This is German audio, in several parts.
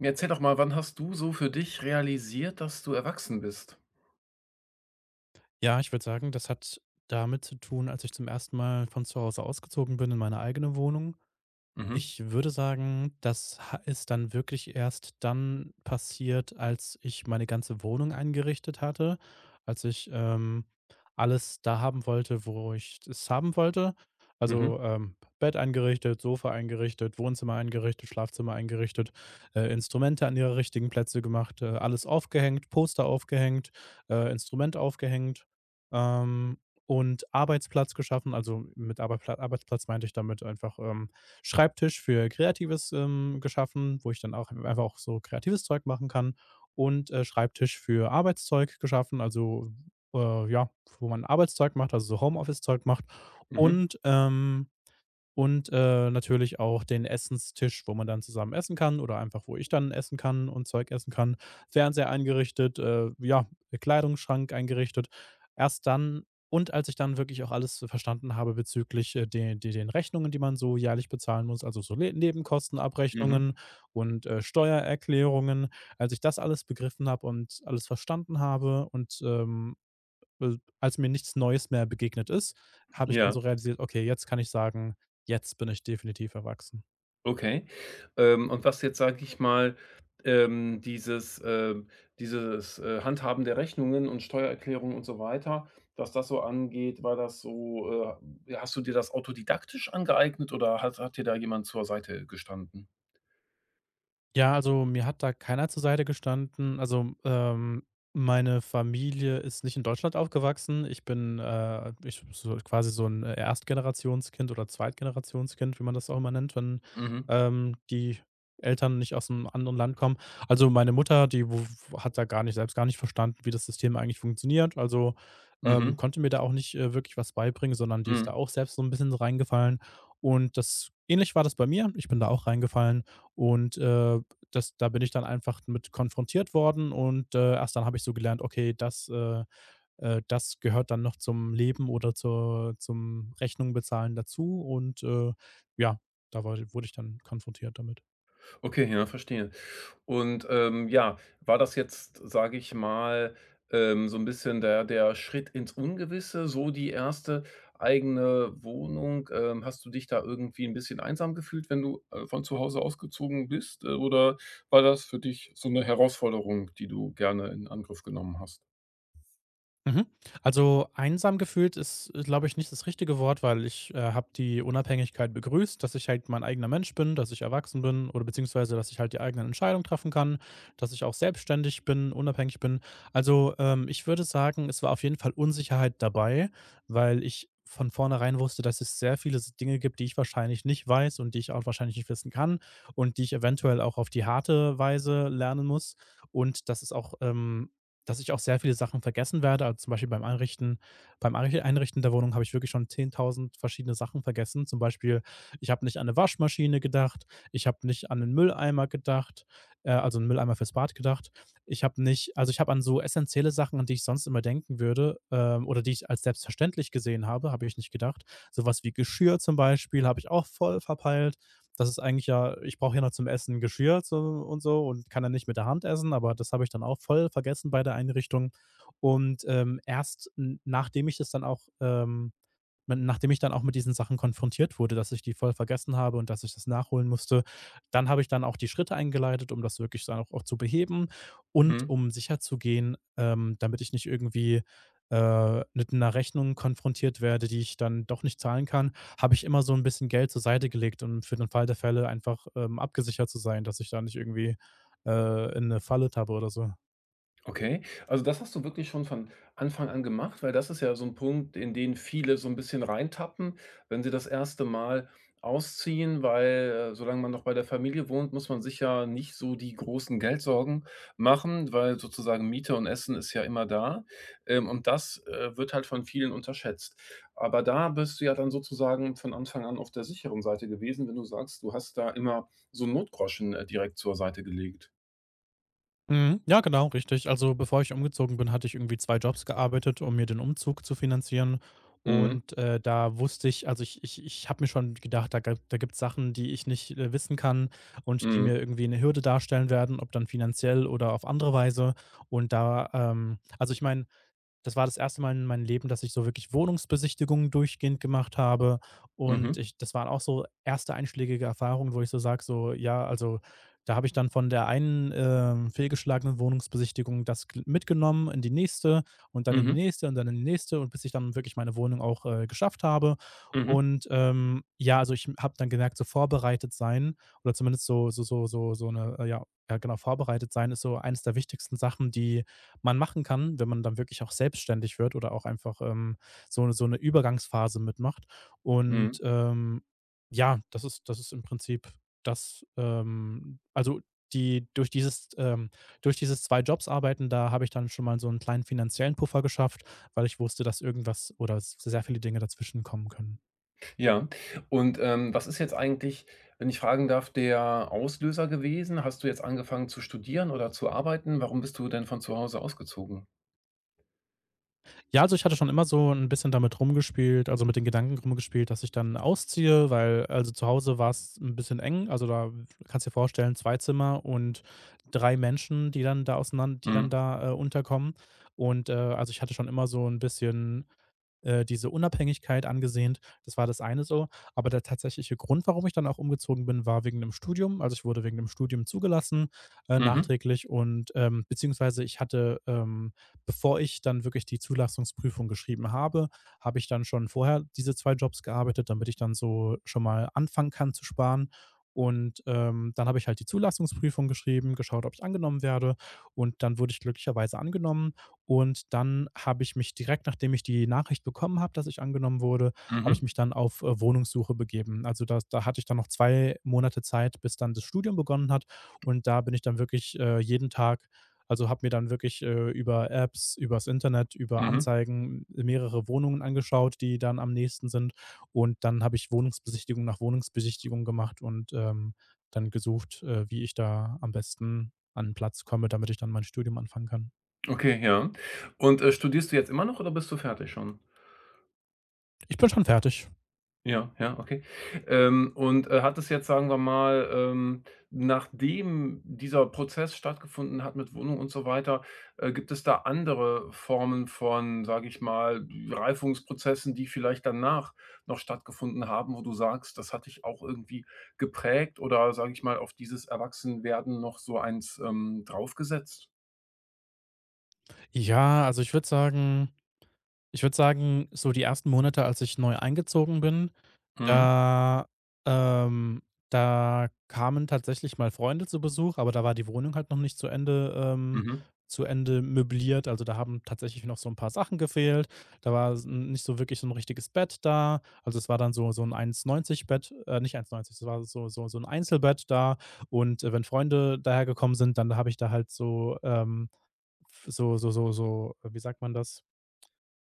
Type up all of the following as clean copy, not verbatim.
Erzähl doch mal, wann hast du so für dich realisiert, dass du erwachsen bist? Ja, ich würde sagen, das hat damit zu tun, als ich zum ersten Mal von zu Hause ausgezogen bin in meine eigene Wohnung. Mhm, Ich würde sagen, das ha ist dann wirklich erst dann passiert, als ich meine ganze Wohnung eingerichtet hatte, als ich, alles da haben wollte, wo ich es haben wollte. mhm, Also, Bett eingerichtet, Sofa eingerichtet, Wohnzimmer eingerichtet, Schlafzimmer eingerichtet, Instrumente an ihre richtigen Plätze gemacht, alles aufgehängt, Poster aufgehängt, Instrument aufgehängt, ähm, und Arbeitsplatz geschaffen. Also, mit Arbeitpla Arbeitsplatz meinte ich damit einfach, Schreibtisch für Kreatives, geschaffen, wo ich dann auch einfach auch so kreatives Zeug machen kann, und, Schreibtisch für Arbeitszeug geschaffen, also, ja, wo man Arbeitszeug macht, also so Homeoffice-Zeug macht, mhm, und, ähm, und natürlich auch den Essenstisch, wo man dann zusammen essen kann oder einfach, wo ich dann essen kann und Zeug essen kann. Fernseher eingerichtet, ja, Kleidungsschrank eingerichtet. Erst dann, und als ich dann wirklich auch alles verstanden habe bezüglich, de de den Rechnungen, die man so jährlich bezahlen muss, also so Le mhm. Nebenkostenabrechnungen und, Steuererklärungen. Als ich das alles begriffen habe und alles verstanden habe und, als mir nichts Neues mehr begegnet ist, habe ich dann Ja, so realisiert: „Okay, jetzt kann ich sagen, jetzt bin ich definitiv erwachsen." okay. Und was jetzt, sage ich mal, ähm, dieses, ähm, dieses Handhaben der Rechnungen und Steuererklärungen und so weiter, was das so angeht, war das so, ja, hast du dir das autodidaktisch angeeignet oder hat dir da jemand zur Seite gestanden? Ja, also, mir hat da keiner zur Seite gestanden. Also, meine Familie ist nicht in Deutschland aufgewachsen. Ich so quasi so 'n Erstgenerationskind oder Zweitgenerationskind, wie man das auch immer nennt, wenn, Mhm, die Eltern nicht aus einem anderen Land kommen. Also, meine Mutter, die w hat da gar nicht selbst gar nicht verstanden, wie das System eigentlich funktioniert. Also, mhm, konnte mir da auch nicht, wirklich was beibringen, sondern die ist mhm. da auch selbst so ein bisschen reingefallen. Und das ähnlich war das bei mir. Ich bin da auch reingefallen, und, das da bin ich dann einfach mit konfrontiert worden, und, erst dann habe ich so gelernt, okay, das gehört dann noch zum Leben oder zur zum Rechnung bezahlen dazu, und, ja, da war wurde ich dann konfrontiert damit. Okay, ja, verstehe. Und, ja, war das jetzt, sage ich mal, so ein bisschen der Schritt ins Ungewisse, so die erste eigene Wohnung? Hast du dich da irgendwie ein bisschen einsam gefühlt, wenn du, von zu Hause ausgezogen bist? Oder war das für dich so eine Herausforderung, die du gerne in Angriff genommen hast? Mhm. Also, einsam gefühlt ist, glaube ich, nicht das richtige Wort, weil ich, habe die Unabhängigkeit begrüßt, dass ich halt mein eigener Mensch bin, dass ich erwachsen bin, oder beziehungsweise, dass ich halt die eigenen Entscheidungen treffen kann, dass ich auch selbstständig bin, unabhängig bin. Also, ich würde sagen, es war auf jeden Fall Unsicherheit dabei, weil ich von vornherein wusste, dass es sehr viele s Dinge gibt, die ich wahrscheinlich nicht weiß und die ich auch wahrscheinlich nicht wissen kann und die ich eventuell auch auf die harte Weise lernen muss, und dass ich auch sehr viele Sachen vergessen werde. Also, zum Beispiel beim Einrichten der Wohnung habe ich wirklich schon 10.000 verschiedene Sachen vergessen. Zum Beispiel, ich habe nicht an eine Waschmaschine gedacht, ich habe nicht an 'nen Mülleimer gedacht, also einen Mülleimer fürs Bad gedacht. Ich habe nicht also, ich habe an so essenzielle Sachen, an die ich sonst immer denken würde, oder die ich als selbstverständlich gesehen habe, habe ich nicht gedacht. Sowas wie Geschirr zum Beispiel habe ich auch voll verpeilt. Das ist eigentlich ja ich brauche ja noch zum Essen Geschirr so und so, und kann dann nicht mit der Hand essen, aber das habe ich dann auch voll vergessen bei der Einrichtung. Und, erst n nachdem ich das dann auch, nachdem ich dann auch mit diesen Sachen konfrontiert wurde, dass ich die voll vergessen habe und dass ich das nachholen musste, dann habe ich dann auch die Schritte eingeleitet, um das wirklich dann auch zu beheben und Mhm. um sicherzugehen. Damit ich nicht irgendwie mit einer Rechnung konfrontiert werde, die ich dann doch nicht zahlen kann, habe ich immer so ein bisschen Geld zur Seite gelegt, um für den Fall der Fälle einfach, abgesichert zu sein, dass ich da nicht irgendwie in eine Falle tappe oder so. Okay, also das hast du wirklich schon von Anfang an gemacht, weil das ist ja so ein Punkt, in den viele so ein bisschen reintappen, wenn sie das erste Mal ausziehen, weil, solange man noch bei der Familie wohnt, muss man sich ja nicht so die großen Geldsorgen machen, weil sozusagen Miete und Essen ist ja immer da. Und das, wird halt von vielen unterschätzt. Aber da bist du ja dann sozusagen von Anfang an auf der sicheren Seite gewesen, wenn du sagst, du hast da immer so 'n Notgroschen, direkt zur Seite gelegt. Mhm. Ja, genau, richtig. Also, bevor ich umgezogen bin, hatte ich irgendwie 2 Jobs gearbeitet, um mir den Umzug zu finanzieren. Mhm. Und, da wusste ich, also, ich habe mir schon gedacht, da gibt es Sachen, die ich nicht, wissen kann und die mir Mhm. irgendwie eine Hürde darstellen werden, ob dann finanziell oder auf andere Weise. Und da, also, ich meine, das war das erste Mal in meinem Leben, dass ich so wirklich Wohnungsbesichtigungen durchgehend gemacht habe, und Mhm. ich das waren auch so erste einschlägige Erfahrungen, wo ich so sage, so, ja, also, da habe ich dann von der einen, fehlgeschlagenen Wohnungsbesichtigung das gl mitgenommen in die nächste und dann in die Mhm. nächste und dann in die nächste, und bis ich dann wirklich meine Wohnung auch, geschafft habe. Mhm, Und, ja, also, ich habe dann gemerkt, so vorbereitet sein oder zumindest so so so so so eine ja, ja, genau, vorbereitet sein ist so eines der wichtigsten Sachen, die man machen kann, wenn man dann wirklich auch selbstständig wird oder auch einfach, so 'ne Übergangsphase mitmacht. mhm. Und, ja, das ist, im Prinzip das, also, die durch dieses, 2 Jobs arbeiten, da habe ich dann schon mal so einen kleinen finanziellen Puffer geschafft, weil ich wusste, dass irgendwas oder s sehr viele Dinge dazwischen kommen können. Ja. Und, was ist jetzt eigentlich, wenn ich fragen darf, der Auslöser gewesen? Hast du jetzt angefangen zu studieren oder zu arbeiten? Warum bist du denn von zu Hause ausgezogen? Ja, also ich hatte schon immer so ein bisschen damit rumgespielt, also mit den Gedanken rumgespielt, dass ich dann ausziehe, weil, also zu Hause war es ein bisschen eng. Also da kannst du dir vorstellen, zwei Zimmer und 3 Menschen, die dann da Mhm. Unterkommen. Und, also ich hatte schon immer so ein bisschen diese Unabhängigkeit angesehen. Das war das eine so. Aber der tatsächliche Grund, warum ich dann auch umgezogen bin, war wegen dem Studium. Also ich wurde wegen dem Studium zugelassen, Mhm. nachträglich. Und beziehungsweise ich hatte, bevor ich dann wirklich die Zulassungsprüfung geschrieben habe, habe ich dann schon vorher diese zwei Jobs gearbeitet, damit ich dann so schon mal anfangen kann zu sparen. Und dann habe ich halt die Zulassungsprüfung geschrieben, geschaut, ob ich angenommen werde. Und dann wurde ich glücklicherweise angenommen. Und dann habe ich mich direkt, nachdem ich die Nachricht bekommen habe, dass ich angenommen wurde, habe ich Mhm. mich dann auf, Wohnungssuche begeben. Also, das da hatte ich dann noch 2 Monate Zeit, bis dann das Studium begonnen hat. Und da bin ich dann wirklich, habe mir dann wirklich, über Apps, übers Internet, über Mhm. Anzeigen mehrere Wohnungen angeschaut, die dann am nächsten sind. Und dann habe ich Wohnungsbesichtigung nach Wohnungsbesichtigung gemacht und, dann gesucht, wie ich da am besten an 'n Platz komme, damit ich dann mein Studium anfangen kann. Okay, ja. Und, studierst du jetzt immer noch oder bist du fertig schon? Ich bin schon fertig. Ja, ja, okay. Und hat es jetzt, sagen wir mal, nachdem dieser Prozess stattgefunden hat mit Wohnung und so weiter, gibt es da andere Formen von, sage ich mal, Reifungsprozessen, die vielleicht danach noch stattgefunden haben, wo du sagst: „Das hat dich auch irgendwie geprägt" oder, sage ich mal, auf dieses Erwachsenwerden noch so eins, draufgesetzt? Ja, also ich würde sagen, so die ersten Monate, als ich neu eingezogen bin, Mhm. da ähm, da kamen tatsächlich mal Freunde zu Besuch, aber da war die Wohnung halt noch nicht zu Ende ähm, Mhm. zu Ende möbliert. Also, da haben tatsächlich noch so ein paar Sachen gefehlt. Da war nicht so wirklich so ein richtiges Bett da. Also, es war dann so ein 'n neunzig Bett, nicht 1,90, es war so ein Einzelbett da. Und, wenn Freunde dahergekommen sind, dann habe ich da halt so, wie sagt man das?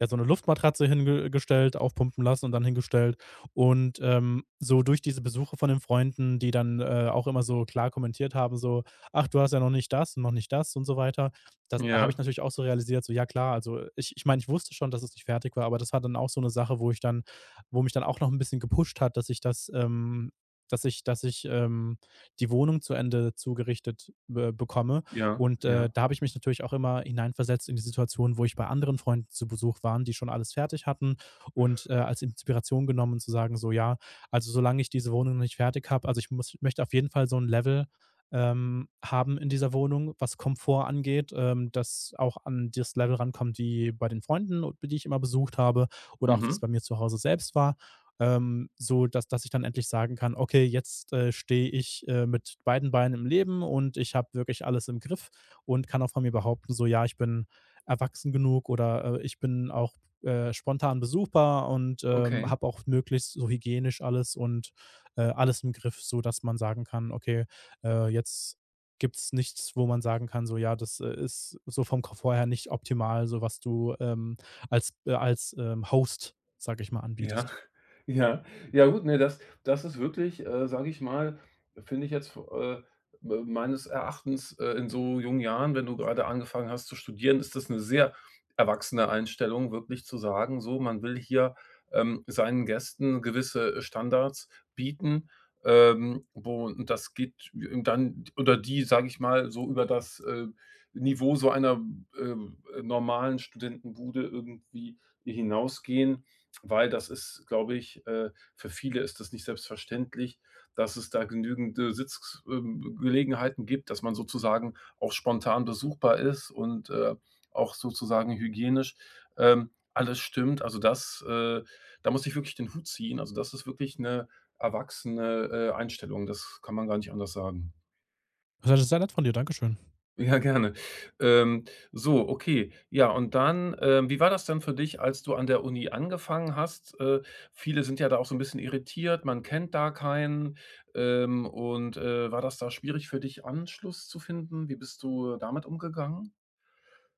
Ja, so eine Luftmatratze hingestellt, aufpumpen lassen und dann hingestellt. Und, so durch diese Besuche von den Freunden, die dann, auch immer so klar kommentiert haben, so: „Ach, du hast ja noch nicht das und noch nicht das" und so weiter. Das da habe ich Ja, natürlich auch so realisiert, so, ja klar, also ich meine, ich wusste schon, dass es nicht fertig war, aber das war dann auch so eine Sache, wo mich dann auch noch ein bisschen gepusht hat, dass ich das, dass ich dass ich, ähm, die Wohnung zu Ende zugerichtet be bekomme. ja, Und ja. Da habe ich mich natürlich auch immer hineinversetzt in die Situation, wo ich bei anderen Freunden zu Besuch waren, die schon alles fertig hatten, und als Inspiration genommen zu sagen, so, ja, also solange ich diese Wohnung noch nicht fertig habe, also ich muss, möchte auf jeden Fall so ein Level haben in dieser Wohnung, was Komfort angeht, das auch an das Level rankommt, wie bei den Freunden, die ich immer besucht habe oder auch wie Mhm. es bei mir zu Hause selbst war. So dass ich dann endlich sagen kann: „Okay, jetzt, stehe ich, mit beiden Beinen im Leben und ich habe wirklich alles im Griff und kann auch von mir behaupten, so, ja, ich bin erwachsen genug oder, ich bin auch, spontan besuchbar und, Okay. habe auch möglichst so hygienisch alles und, alles im Griff“, so dass man sagen kann: „Okay, jetzt gibt es nichts, wo man sagen kann, so, ja, das, ist so vom Komfort her nicht optimal, so was du, als, Host, sage ich mal, Ja, anbietest.“ ja, ja gut, ne, das ist wirklich, sage ich mal finde ich jetzt, me meines Erachtens, in so jungen Jahren, wenn du gerade angefangen hast zu studieren, ist das eine sehr erwachsene Einstellung, wirklich zu sagen, so, man will hier, seinen Gästen gewisse Standards bieten, wo und das geht dann oder die, sage ich mal, so über das, Niveau so einer, normalen Studentenbude irgendwie hinausgehen. Weil das ist, glaube ich für viele ist das nicht selbstverständlich, dass es da genügende Sitzgelegenheiten gibt, dass man sozusagen auch spontan besuchbar ist und, auch sozusagen hygienisch, alles stimmt. Also, das da muss ich wirklich den Hut ziehen. Also, das ist wirklich eine erwachsene, Einstellung. Das kann man gar nicht anders sagen. Das ist sehr nett von dir, Dankeschön. Ja, gerne. Ähm, so, okay. Ja, und dann, wie war das denn für dich, als du an der Uni angefangen hast? Viele sind ja da auch so ein bisschen irritiert, man kennt da keinen. Und war das da schwierig für dich, Anschluss zu finden? Wie bist du damit umgegangen?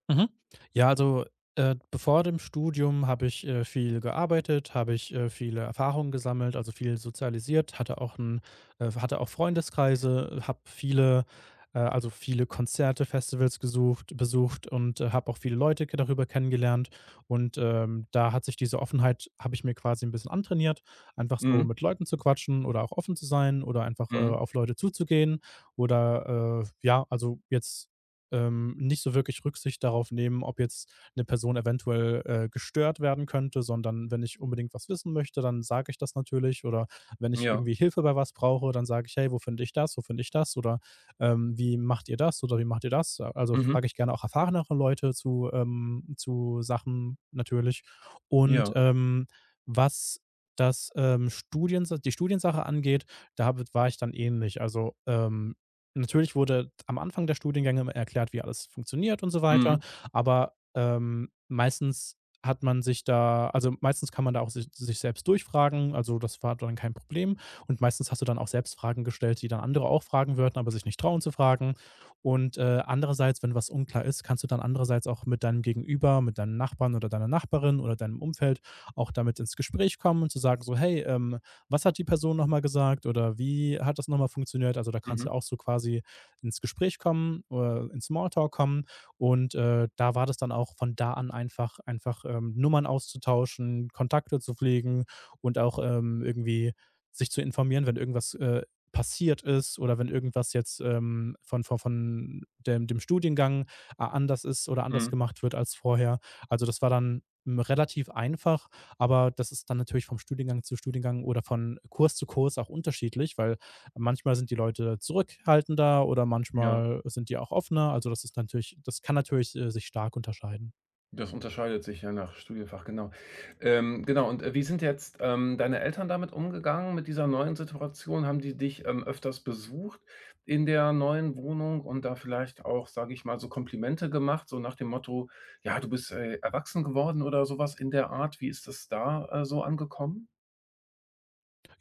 Mhm. Ja, also, bevor dem Studium habe ich, viel gearbeitet, habe ich, viele Erfahrungen gesammelt, also, viel sozialisiert, hatte auch Freundeskreise, habe viele also, viele Konzerte, Festivals gesucht besucht und, habe auch viele Leute ke darüber kennengelernt. Und, da hat sich diese Offenheit habe ich mir quasi ein bisschen antrainiert, einfach so Mhm. mit Leuten zu quatschen oder auch offen zu sein oder einfach, Mhm. auf Leute zuzugehen oder, ja, also, jetzt nicht so wirklich Rücksicht darauf nehmen, ob jetzt eine Person eventuell, gestört werden könnte, sondern wenn ich unbedingt was wissen möchte, dann sage ich das natürlich oder wenn ich Ja. irgendwie Hilfe bei was brauche, dann sage ich: „Hey, wo finde ich das? Wo finde ich das?“ Oder, „Wie macht ihr das oder wie macht ihr das?“ Also, Mhm. frage ich gerne auch erfahrenere Leute zu Sachen natürlich. Und, Ja. Was das, Studiensa die Studiensache angeht, da habe war ich dann ähnlich. Also, natürlich wurde am Anfang der Studiengänge immer erklärt, wie alles funktioniert und so weiter, Mhm. aber, meistens hat man sich da also, meistens kann man da auch sich selbst durchfragen, also, das war dann kein Problem und meistens hast du dann auch selbst Fragen gestellt, die dann andere auch fragen würden, aber sich nicht trauen zu fragen und, andererseits, wenn was unklar ist, kannst du dann andererseits auch mit deinem Gegenüber, mit deinem Nachbarn oder deiner Nachbarin oder deinem Umfeld auch damit ins Gespräch kommen und zu sagen so: „Hey, was hat die Person nochmal gesagt oder wie hat das nochmal funktioniert?“ Also da kannst Mhm. du auch so quasi ins Gespräch kommen oder ins Smalltalk kommen. Und da war das dann auch von da an einfach, einfach Nummern auszutauschen, Kontakte zu pflegen und auch irgendwie sich zu informieren, wenn irgendwas passiert ist oder wenn irgendwas jetzt von dem Studiengang anders ist oder anders Mhm. gemacht wird als vorher. Also das war dann relativ einfach, aber das ist dann natürlich vom Studiengang zu Studiengang oder von Kurs zu Kurs auch unterschiedlich, weil manchmal sind die Leute zurückhaltender oder Ja. manchmal sind die auch offener. Also das ist natürlich, das kann natürlich sich stark unterscheiden. Das unterscheidet sich ja nach Studienfach, genau. Genau, und, wie sind jetzt, deine Eltern damit umgegangen mit dieser neuen Situation? Haben die dich, öfters besucht in der neuen Wohnung und da vielleicht auch, sage ich mal, so Komplimente gemacht, so nach dem Motto: „Ja, du bist, erwachsen geworden" oder sowas in der Art? Wie ist das da, so angekommen?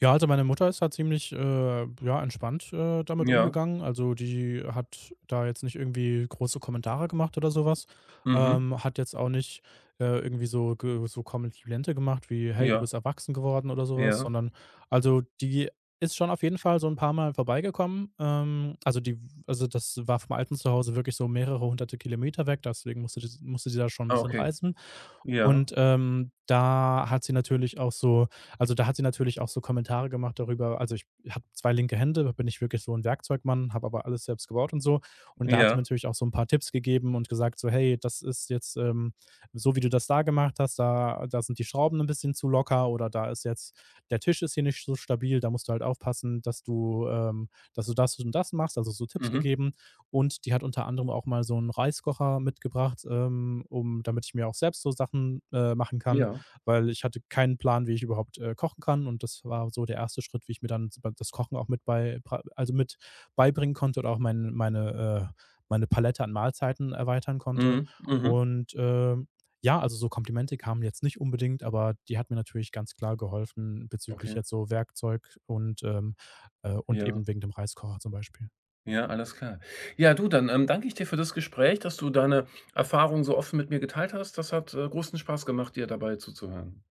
Ja, also meine Mutter ist da ziemlich, ja, entspannt, damit Ja, umgegangen. Also, die hat da jetzt nicht irgendwie große Kommentare gemacht oder sowas. mhm, Hat jetzt auch nicht, irgendwie so Komplimente gemacht wie: „Hey, du ja, bist erwachsen geworden“ oder sowas, ja. sondern also, die ist schon auf jeden Fall so ein paar Mal vorbeigekommen. Also, die das war vom alten Zuhause wirklich so mehrere hunderte Kilometer weg, deswegen musste sie da schon ein Ah, bisschen okay. reisen. Ja, Und, da hat sie natürlich auch so da hat sie natürlich auch so Kommentare gemacht darüber, also, ich habe 2 linke Hände, bin nicht wirklich so ein Werkzeugmann, habe aber alles selbst gebaut und so. Und da hat sie ja, mir natürlich auch so ein paar Tipps gegeben und gesagt so: „Hey, das ist jetzt, so wie du das da gemacht hast, da sind die Schrauben ein bisschen zu locker oder da ist jetzt der Tisch ist hier nicht so stabil, da musst du halt aufpassen, dass du das und das machst“, also so Tipps mhm, gegeben. Und die hat unter anderem auch mal so einen Reiskocher mitgebracht, um damit ich mir auch selbst so Sachen, machen kann, ja, weil ich hatte keinen Plan, wie ich überhaupt, kochen kann, und das war so der erste Schritt, wie ich mir dann so das Kochen auch mit bei pra also mit beibringen konnte oder auch meine, meine Palette an Mahlzeiten erweitern konnte. mhm, mhm, Und, ja, also so Komplimente kamen jetzt nicht unbedingt, aber die hat mir natürlich ganz klar geholfen bezüglich okay, jetzt so Werkzeug und ja. eben wegen dem Reiskocher zum Beispiel. Ja, alles klar. Ja, du, dann, danke ich dir für das Gespräch, dass du deine Erfahrungen so offen mit mir geteilt hast. Das hat, großen Spaß gemacht, dir dabei zuzuhören.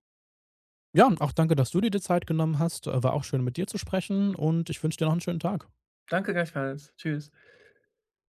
Ja, und auch danke, dass du dir die Zeit genommen hast. War auch schön, mit dir zu sprechen, und ich wünsche dir noch einen schönen Tag. Danke gleichfalls. Tschüss.